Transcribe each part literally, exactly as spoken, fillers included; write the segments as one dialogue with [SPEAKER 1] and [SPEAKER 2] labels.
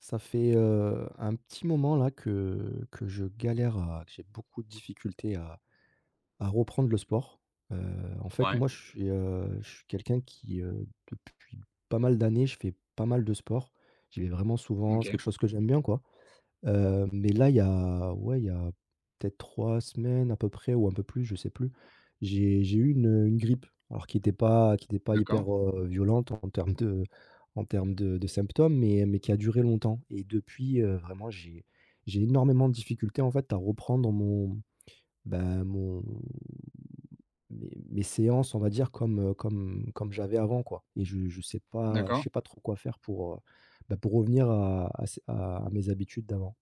[SPEAKER 1] Ça fait, heu, un petit moment là que que je galère à que j'ai beaucoup de difficultés à à reprendre le sport. Heu, en fait,
[SPEAKER 2] Ouais,
[SPEAKER 1] moi, je suis, heu, je suis quelqu'un qui, heu, depuis pas mal d'années, je fais pas mal de sport. J'y vais vraiment souvent,
[SPEAKER 2] OK,
[SPEAKER 1] c'est quelque chose que j'aime bien, quoi. Heu, mais là, il y a ouais, il y a peut-être trois semaines à peu près ou un peu plus, je sais plus, j'ai j'ai eu une, une grippe alors qui n'était pas qui était pas
[SPEAKER 2] d'accord,
[SPEAKER 1] hyper, heu, violente en termes de en termes de de symptômes mais mais qui a duré longtemps et depuis, heu, vraiment j'ai j'ai énormément de difficultés en fait à reprendre mon ben mon mes mes séances on va dire comme, heu, comme comme j'avais avant quoi et je je sais pas je
[SPEAKER 2] d'accord.
[SPEAKER 1] sais pas trop quoi faire pour, heu, bah, pour revenir à à ces à à mes habitudes d'avant.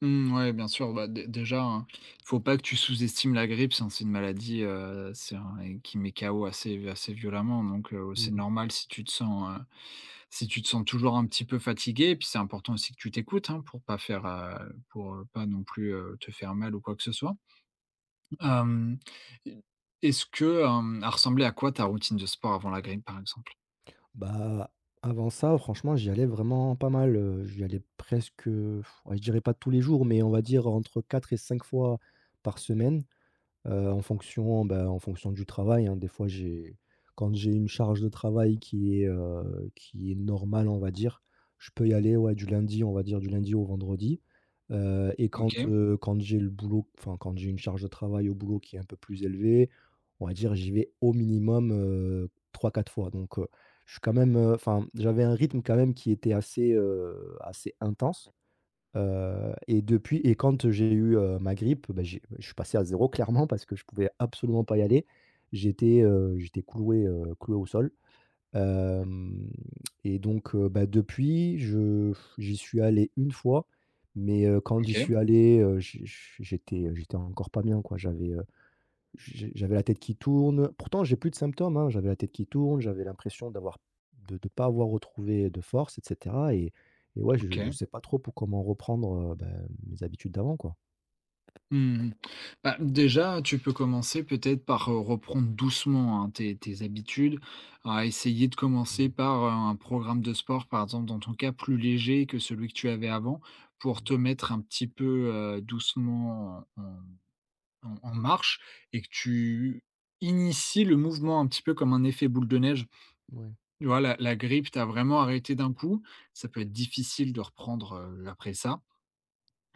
[SPEAKER 2] Mmh, ouais, bien sûr, bah, dé déjà, hein, faut pas que tu sous-estimes la grippe, c'est c'est une maladie, heu, c'est un et qui met K O assez assez violemment donc heu, c'est
[SPEAKER 1] Mmh.
[SPEAKER 2] normal si tu te sens, heu, si tu te sens toujours un petit peu fatigué et puis c'est important aussi que tu t'écoutes, hein, pour pas faire, heu, pour, heu, pas non plus, heu, te faire mal ou quoi que ce soit. Hem, e est-ce que, hem, elle ressemblait à quoi ta routine de sport avant la grippe, par exemple?
[SPEAKER 1] Bah, avant ça, franchement, j'y allais vraiment pas mal, heu, J'y allais presque, pff, ouais, je dirais pas tous les jours, mais on va dire entre quatre et cinq fois par semaine. Heu, en fonction, bah, en fonction du travail, hein. Des fois, j'ai quand j'ai une charge de travail qui est, heu, qui est normale, on va dire, je peux y aller, ouais, du lundi, on va dire du lundi au vendredi. Heu et quand,
[SPEAKER 2] OK,
[SPEAKER 1] heu, quand j'ai le boulot enfin, quand j'ai une charge de travail au boulot qui est un peu plus élevée, on va dire, j'y vais au minimum, heu, trois quatre fois. Donc, heu, je suis quand même, heu, enfin, j'avais un rythme quand même qui était assez, heu, assez intense. Heu et depuis et quand j'ai eu, heu, ma grippe, bah, j'ai je suis passé à zéro clairement parce que je pouvais absolument pas y aller. J'étais, heu, j'étais cloué, heu, cloué au sol. Hem et donc heu, bah, depuis je j'y suis allé une fois, mais heu, quand j'y
[SPEAKER 2] OK,
[SPEAKER 1] suis allé, heu, j j j'étais, j'étais encore pas bien quoi. J'avais, heu j'ai- J'avais la tête qui tourne. Pourtant, j'ai plus de symptômes, hein. J'avais la tête qui tourne, j'avais l'impression d'avoir de ne pas avoir retrouvé de force, et cetera et et ouais, je je
[SPEAKER 2] OK.
[SPEAKER 1] sais pas trop pour comment reprendre, heu, ben, mes habitudes d'avant, quoi.
[SPEAKER 2] Mmh, mmh. Bah, déjà, tu peux commencer peut-être par, heu, reprendre doucement, hein, tes tes habitudes, à essayer de commencer
[SPEAKER 1] Mmh,
[SPEAKER 2] par, heu, un programme de sport, par exemple, dans ton cas, plus léger que celui que tu avais avant, pour te
[SPEAKER 1] mmh,
[SPEAKER 2] mettre un petit peu, heu, doucement en en en marche et que tu inities le mouvement un petit peu comme un effet boule de neige.
[SPEAKER 1] ouais,
[SPEAKER 2] Tu vois, la la grippe t'a vraiment arrêté d'un coup, ça peut être difficile de reprendre, heu, après ça.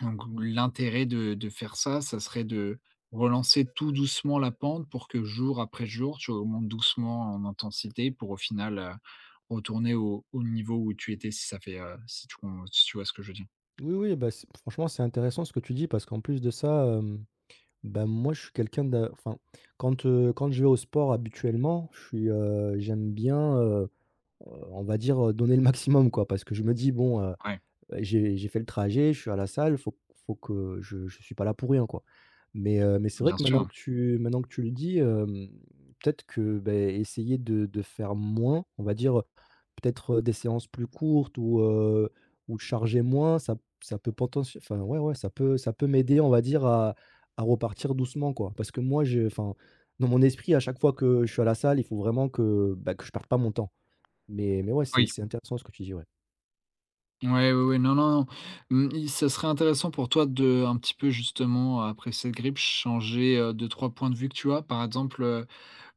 [SPEAKER 2] Donc
[SPEAKER 1] mmh.
[SPEAKER 2] l'intérêt de de faire ça, ça serait de relancer tout doucement la pente pour que jour après jour, tu augmentes doucement en intensité pour au final, heu, retourner au au niveau où tu étais si ça fait, heu, si tu com si tu vois ce que je veux dire?
[SPEAKER 1] Oui, oui, bah, c'est franchement, c'est intéressant ce que tu dis parce qu'en plus de ça, hem, bah, moi, je suis quelqu'un de enfin, quand, heu, quand je vais au sport habituellement, je suis, heu, j'aime bien, heu heu, on va dire, heu, donner le maximum, quoi. Parce que je me dis : « «Bon, heu,
[SPEAKER 2] Ouais,
[SPEAKER 1] Heu, j'ai j'ai fait le trajet, je suis à la salle, faut faut que je je suis pas là pour rien, quoi. » Mais heu, mais c'est vrai
[SPEAKER 2] bien
[SPEAKER 1] que maintenant
[SPEAKER 2] sûr.
[SPEAKER 1] que tu maintenant que tu le dis, hem, peut-être que, beh, essayer de de faire moins, on va dire, peut-être, heu, des séances plus courtes ou heu, ou charger moins, ça p ça peut potentiel enfin, ouais, ouais, ça peut ça peut m'aider, on va dire, à à repartir doucement, quoi. Parce que moi, je enfin, dans mon esprit, à chaque fois que je suis à la salle, il faut vraiment que, bah, que je perde pas mon temps. Mais mais ouais, c'est
[SPEAKER 2] Oui.
[SPEAKER 1] c'est intéressant ce que tu dis, ouais.
[SPEAKER 2] Ouais, ouais, oui, non, non, non. Mmh, i ça serait intéressant pour toi de un petit peu justement après cette grippe changer, heu, deux trois points de vue que tu as. Par exemple, euh,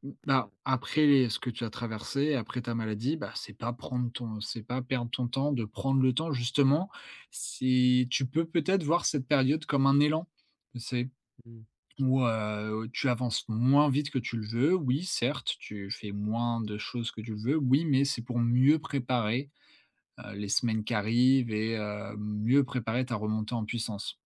[SPEAKER 2] mmh, bah, après les ce que tu as traversé, après ta maladie, bah, c'est pas prendre ton c'est pas perdre ton temps, de prendre le temps justement. Si tu peux peut-être voir cette période comme un élan, tu sais?
[SPEAKER 1] Mmh.
[SPEAKER 2] Où, heu, tu avances moins vite que tu le veux. Oui, certes, tu fais moins de choses que tu le veux. Oui, mais c'est pour mieux préparer, heu, les semaines qui arrivent et heu, mieux préparer ta remontée en puissance.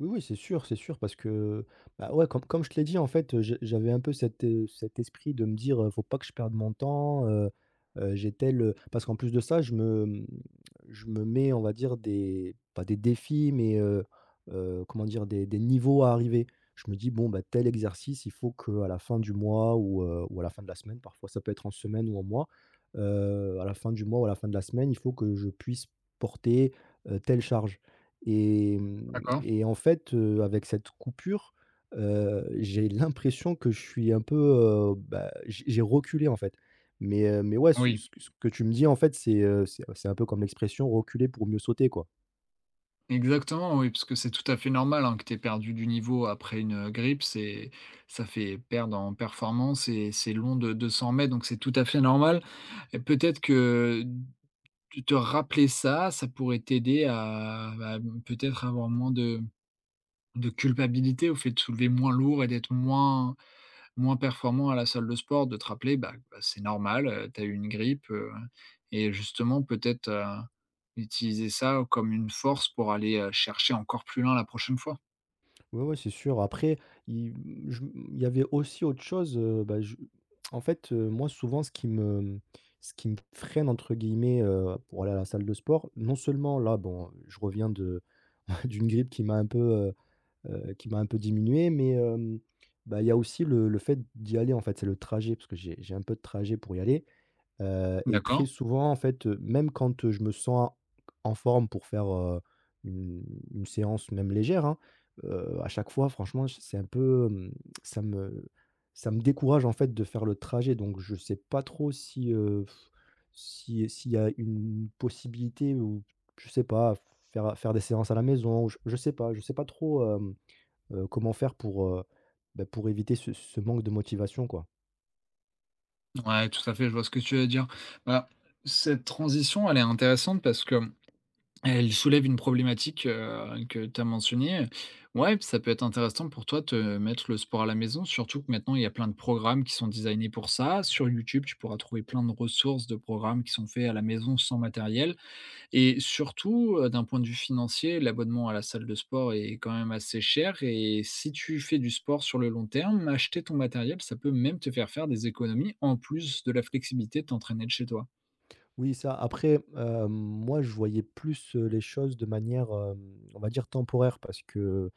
[SPEAKER 1] Oui, oui, c'est sûr, c'est sûr, parce que, bah, ouais, comme comme je te l'ai dit, en fait, heu, je j'avais un peu cet, heu, cet esprit de me dire, heu: Faut pas que je perde mon temps, heu heu, j'ai tel, heu» parce qu'en plus de ça, je me, mmh, je me mets, on va dire, des pas des défis, mais heu heu, comment dire? Des des niveaux à arriver. Je me dis : « Bon, bah, tel exercice, il faut qu'à la fin du mois ou heu, ou à la fin de la semaine », parfois ça peut être en semaine ou en mois, heu, à la fin du mois ou à la fin de la semaine, il faut que je puisse porter, heu, telle charge ». Et mmh
[SPEAKER 2] D'accord?
[SPEAKER 1] et en fait, heu, avec cette coupure, heu, j'ai l'impression que je suis un peu, heu, bah, j'ai j'ai reculé, en fait. Mais, heu, mais ouais, ce
[SPEAKER 2] Oui.
[SPEAKER 1] ce que ce que tu me dis, en fait, c'est, heu, c'est c'est un peu comme l'expression « reculer pour mieux sauter », quoi.
[SPEAKER 2] Exactement, oui, parce que c'est tout à fait normal, hein, que tu aies perdu du niveau après une, euh, grippe. C'est ça fait perdre en performance et c'est long de de s'en remettre, donc c'est tout à fait normal et peut-être que de te rappeler ça, ça pourrait t'aider à, bah, mmh, peut-être avoir moins de de culpabilité au fait de soulever moins lourd et d'être moins moins performant à la salle de sport, de te rappeler, bah, bah, c'est normal, heu, tu as eu une grippe, heu et justement peut-être, heu, utiliser ça comme une force pour aller, heu, chercher encore plus loin la prochaine fois.
[SPEAKER 1] Ouais, ouais, c'est sûr. Après, il mmh, je m il y avait aussi autre chose, heu, bah, je en fait, heu, moi, souvent, ce qui me, mmh, ce qui me « freine » entre guillemets, heu, pour aller à la salle de sport, non seulement là, bon, je reviens de d'une grippe qui m'a un peu, heu heu, qui m'a un peu diminué, mais hem, bah, il y a aussi le le fait d'y aller, en fait, c'est le trajet parce que j'ai j'ai un peu de trajet pour y aller, heu et
[SPEAKER 2] D'accord.
[SPEAKER 1] très souvent, en fait, heu, même quand, heu, je me sens en forme pour faire, heu, une une séance même légère, hein, heu, à chaque fois, franchement, c'est un peu, hem, ça me ça me décourage, en fait, de faire le trajet donc je sais pas trop si, heu, si s'il y a une possibilité ou je sais pas, faire faire des séances à la maison, ou je je sais pas je sais pas trop. Heu, comment faire pour, heu, bah, pour éviter ce ce manque de motivation, quoi?
[SPEAKER 2] Ouais, tout à fait, je vois ce que tu veux dire. Bah, cette transition, elle est intéressante parce que Elle soulève une problématique, heu, que tu as mentionnée. Ouais, ça peut être intéressant pour toi de te mettre le sport à la maison, surtout que maintenant il y a plein de programmes qui sont designés pour ça. Sur YouTube, tu pourras trouver plein de ressources de programmes qui sont faits à la maison sans matériel et surtout, heu, d'un point de vue financier, l'abonnement à la salle de sport est quand même assez cher et si tu fais du sport sur le long terme, acheter ton matériel, ça peut même te faire faire des économies en plus de la flexibilité de t'entraîner de chez toi.
[SPEAKER 1] Oui, ça, après, hem, moi, je voyais plus, heu, les choses de manière, hem, on va dire temporaire parce que,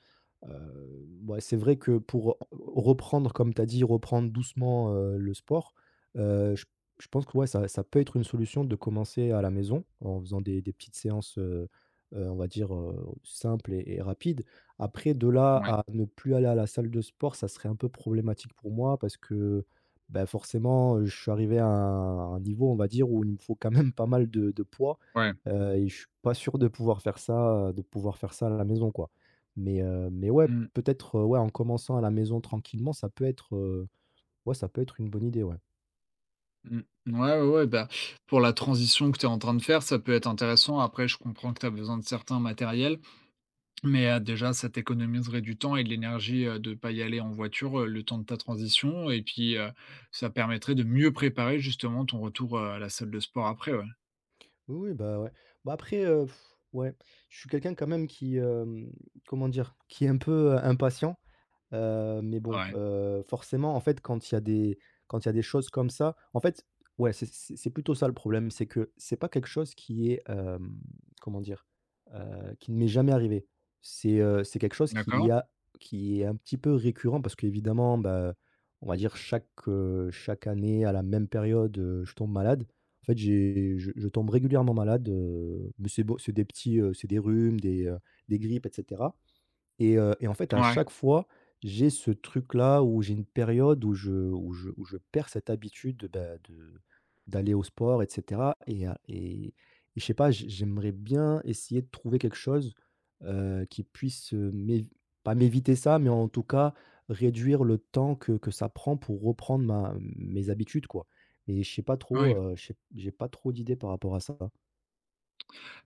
[SPEAKER 1] Heu, ouais, c'est vrai que pour reprendre, comme tu as dit, reprendre doucement, heu, le sport, heu, je je pense que ouais, ça ça peut être une solution de commencer à la maison en faisant des des petites séances, heu heu, on va dire, heu, simples et et rapides. Après de là
[SPEAKER 2] Ouais,
[SPEAKER 1] à ne plus aller à la salle de sport, ça serait un peu problématique pour moi parce que, bah, forcément, je suis arrivé à un un niveau, on va dire, où il me faut quand même pas mal de de poids,
[SPEAKER 2] ouais.
[SPEAKER 1] heu et je suis pas sûr de pouvoir faire ça, de pouvoir faire ça à la maison, quoi. Mais, heu, mais ouais,
[SPEAKER 2] Mmh.
[SPEAKER 1] peut-être, heu, ouais, en commençant à la maison tranquillement, ça peut être, heu, ouais, ça peut être une bonne idée, ouais.
[SPEAKER 2] Mmh. Ouais, ouais, ouais, bah, pour la transition que tu es en train de faire, ça peut être intéressant. Après, je comprends que tu as besoin de certains matériels, mais heu, déjà, ça t'économiserait du temps et de l'énergie, heu, de pas y aller en voiture, heu, le temps de ta transition et puis, heu, ça permettrait de mieux préparer justement ton retour, heu, à la salle de sport après, ouais.
[SPEAKER 1] Oui, oui, bah, ouais. Bah, après, heu, ouais, je suis quelqu'un quand même qui, hem, comment dire? Qui est un peu, heu, impatient. Heu, mais bon,
[SPEAKER 2] Ouais.
[SPEAKER 1] heu, forcément, en fait, quand il y a des quand il y a des choses comme ça, en fait, ouais, c'est c'est c'est plutôt ça le problème, c'est que c'est pas quelque chose qui est, hem, comment dire? Heu, qui ne m'est jamais arrivé. C'est, heu, c'est quelque chose qui
[SPEAKER 2] D'accord.
[SPEAKER 1] a qui est un petit peu récurrent parce qu'évidemment, bah, on va dire chaque, heu, chaque année à la même période, heu, je tombe malade. En fait, j'ai je je tombe régulièrement malade, heu, mais c'est bon, c'est des petits, heu, c'est des rhumes, des, heu, des grippes et cetera. Et heu et en fait, à
[SPEAKER 2] Ouais.
[SPEAKER 1] chaque fois, j'ai ce truc-là où j'ai une période où je où je où je perds cette habitude de, bah, de d'aller au sport et cetera et à et et je sais pas, j'ai j'aimerais bien essayer de trouver quelque chose, heu, qui puisse, heu, m'év pas m'éviter ça, mais en tout cas, réduire le temps que que ça prend pour reprendre ma mes habitudes, quoi et je sais pas trop,
[SPEAKER 2] Oui.
[SPEAKER 1] heu, je sais j'ai pas trop d'idées par rapport à ça.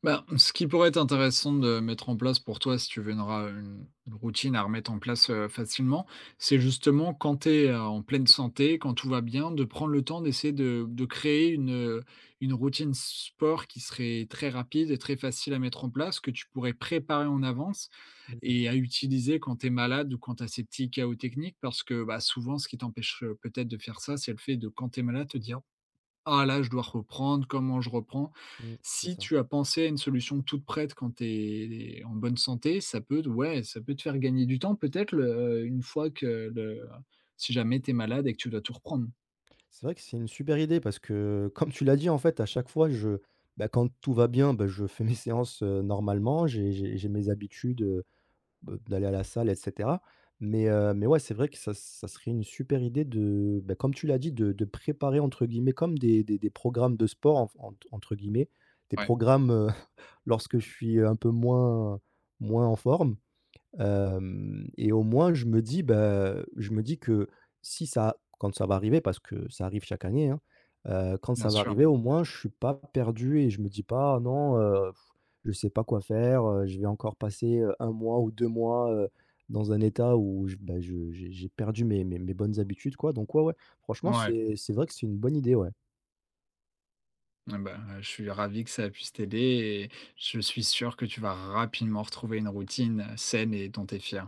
[SPEAKER 2] Bah, ce qui pourrait être intéressant de mettre en place pour toi, si tu veux une, ra- une- une routine à remettre en place euh, facilement, c'est justement quand tu es euh, en pleine santé, quand tout va bien, de prendre le temps d'essayer de, de créer une, euh, une routine sport qui serait très rapide et très facile à mettre en place, que tu pourrais préparer en avance
[SPEAKER 1] Mmh mh.
[SPEAKER 2] et à utiliser quand tu es malade ou quand tu as ces petits chaos techniques, parce que bah, souvent, ce qui t'empêche euh, peut-être de faire ça, c'est le fait de quand tu es malade, te dire ah là, je dois reprendre, comment je reprends?
[SPEAKER 1] Mmh, c'est
[SPEAKER 2] Si
[SPEAKER 1] ça.
[SPEAKER 2] tu as pensé à une solution toute prête quand tu es en bonne santé, ça peut te ouais, ça peut te faire gagner du temps peut-être le, heu, une fois que le si jamais tu es malade et que tu dois tout reprendre.
[SPEAKER 1] C'est vrai que c'est une super idée parce que, comme tu l'as dit, en fait, à chaque fois, je, bah, quand tout va bien, bah, je fais mes séances euh, normalement, j'ai j'ai- j'ai mes habitudes euh, bah, d'aller à la salle, et cetera. Mais, euh, mais ouais, c'est vrai que ça, ça serait une super idée de, bah, comme tu l'as dit, de, de préparer, entre guillemets, comme des, des- des programmes de sport, en- en- entre guillemets, des
[SPEAKER 2] Ouais,
[SPEAKER 1] programmes euh, lorsque je suis un peu moins, moins en forme. Hem et au moins je me dis, bah, je me dis que si ça quand ça va arriver, parce que ça arrive chaque année, hein, heu, quand
[SPEAKER 2] bien
[SPEAKER 1] ça va
[SPEAKER 2] sûr.
[SPEAKER 1] arriver, au moins je suis pas perdu et je me dis pas : « Ah non, heu, je sais pas quoi faire, heu, je vais encore passer, heu, un mois ou deux mois, heu, dans un état où je, bah, je j'ai j'ai perdu mes mes mes bonnes habitudes quoi », donc ouais, ouais, franchement
[SPEAKER 2] Ouais.
[SPEAKER 1] c'est c'est vrai que c'est une bonne idée, ouais.
[SPEAKER 2] Ah bah, heu, je suis ravi que ça a puisse t'aider et je suis sûr que tu vas rapidement retrouver une routine, heu, saine et dont tu es fier.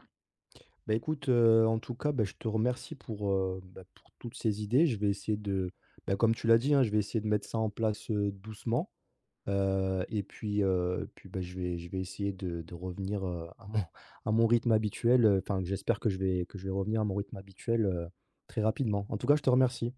[SPEAKER 1] Bah, écoute, heu, en tout cas, bah, je te remercie pour, heu, bah, pour toutes ces idées. Je vais essayer de bah, comme tu l'as dit, hein, je vais essayer de mettre ça en place, heu, doucement, heu et puis, heu, puis, bah, je vais je vais essayer de de revenir, heu, à mon à mon rythme habituel, enfin, j'espère que je vais que je vais revenir à mon rythme habituel, heu, très rapidement. En tout cas, je te remercie.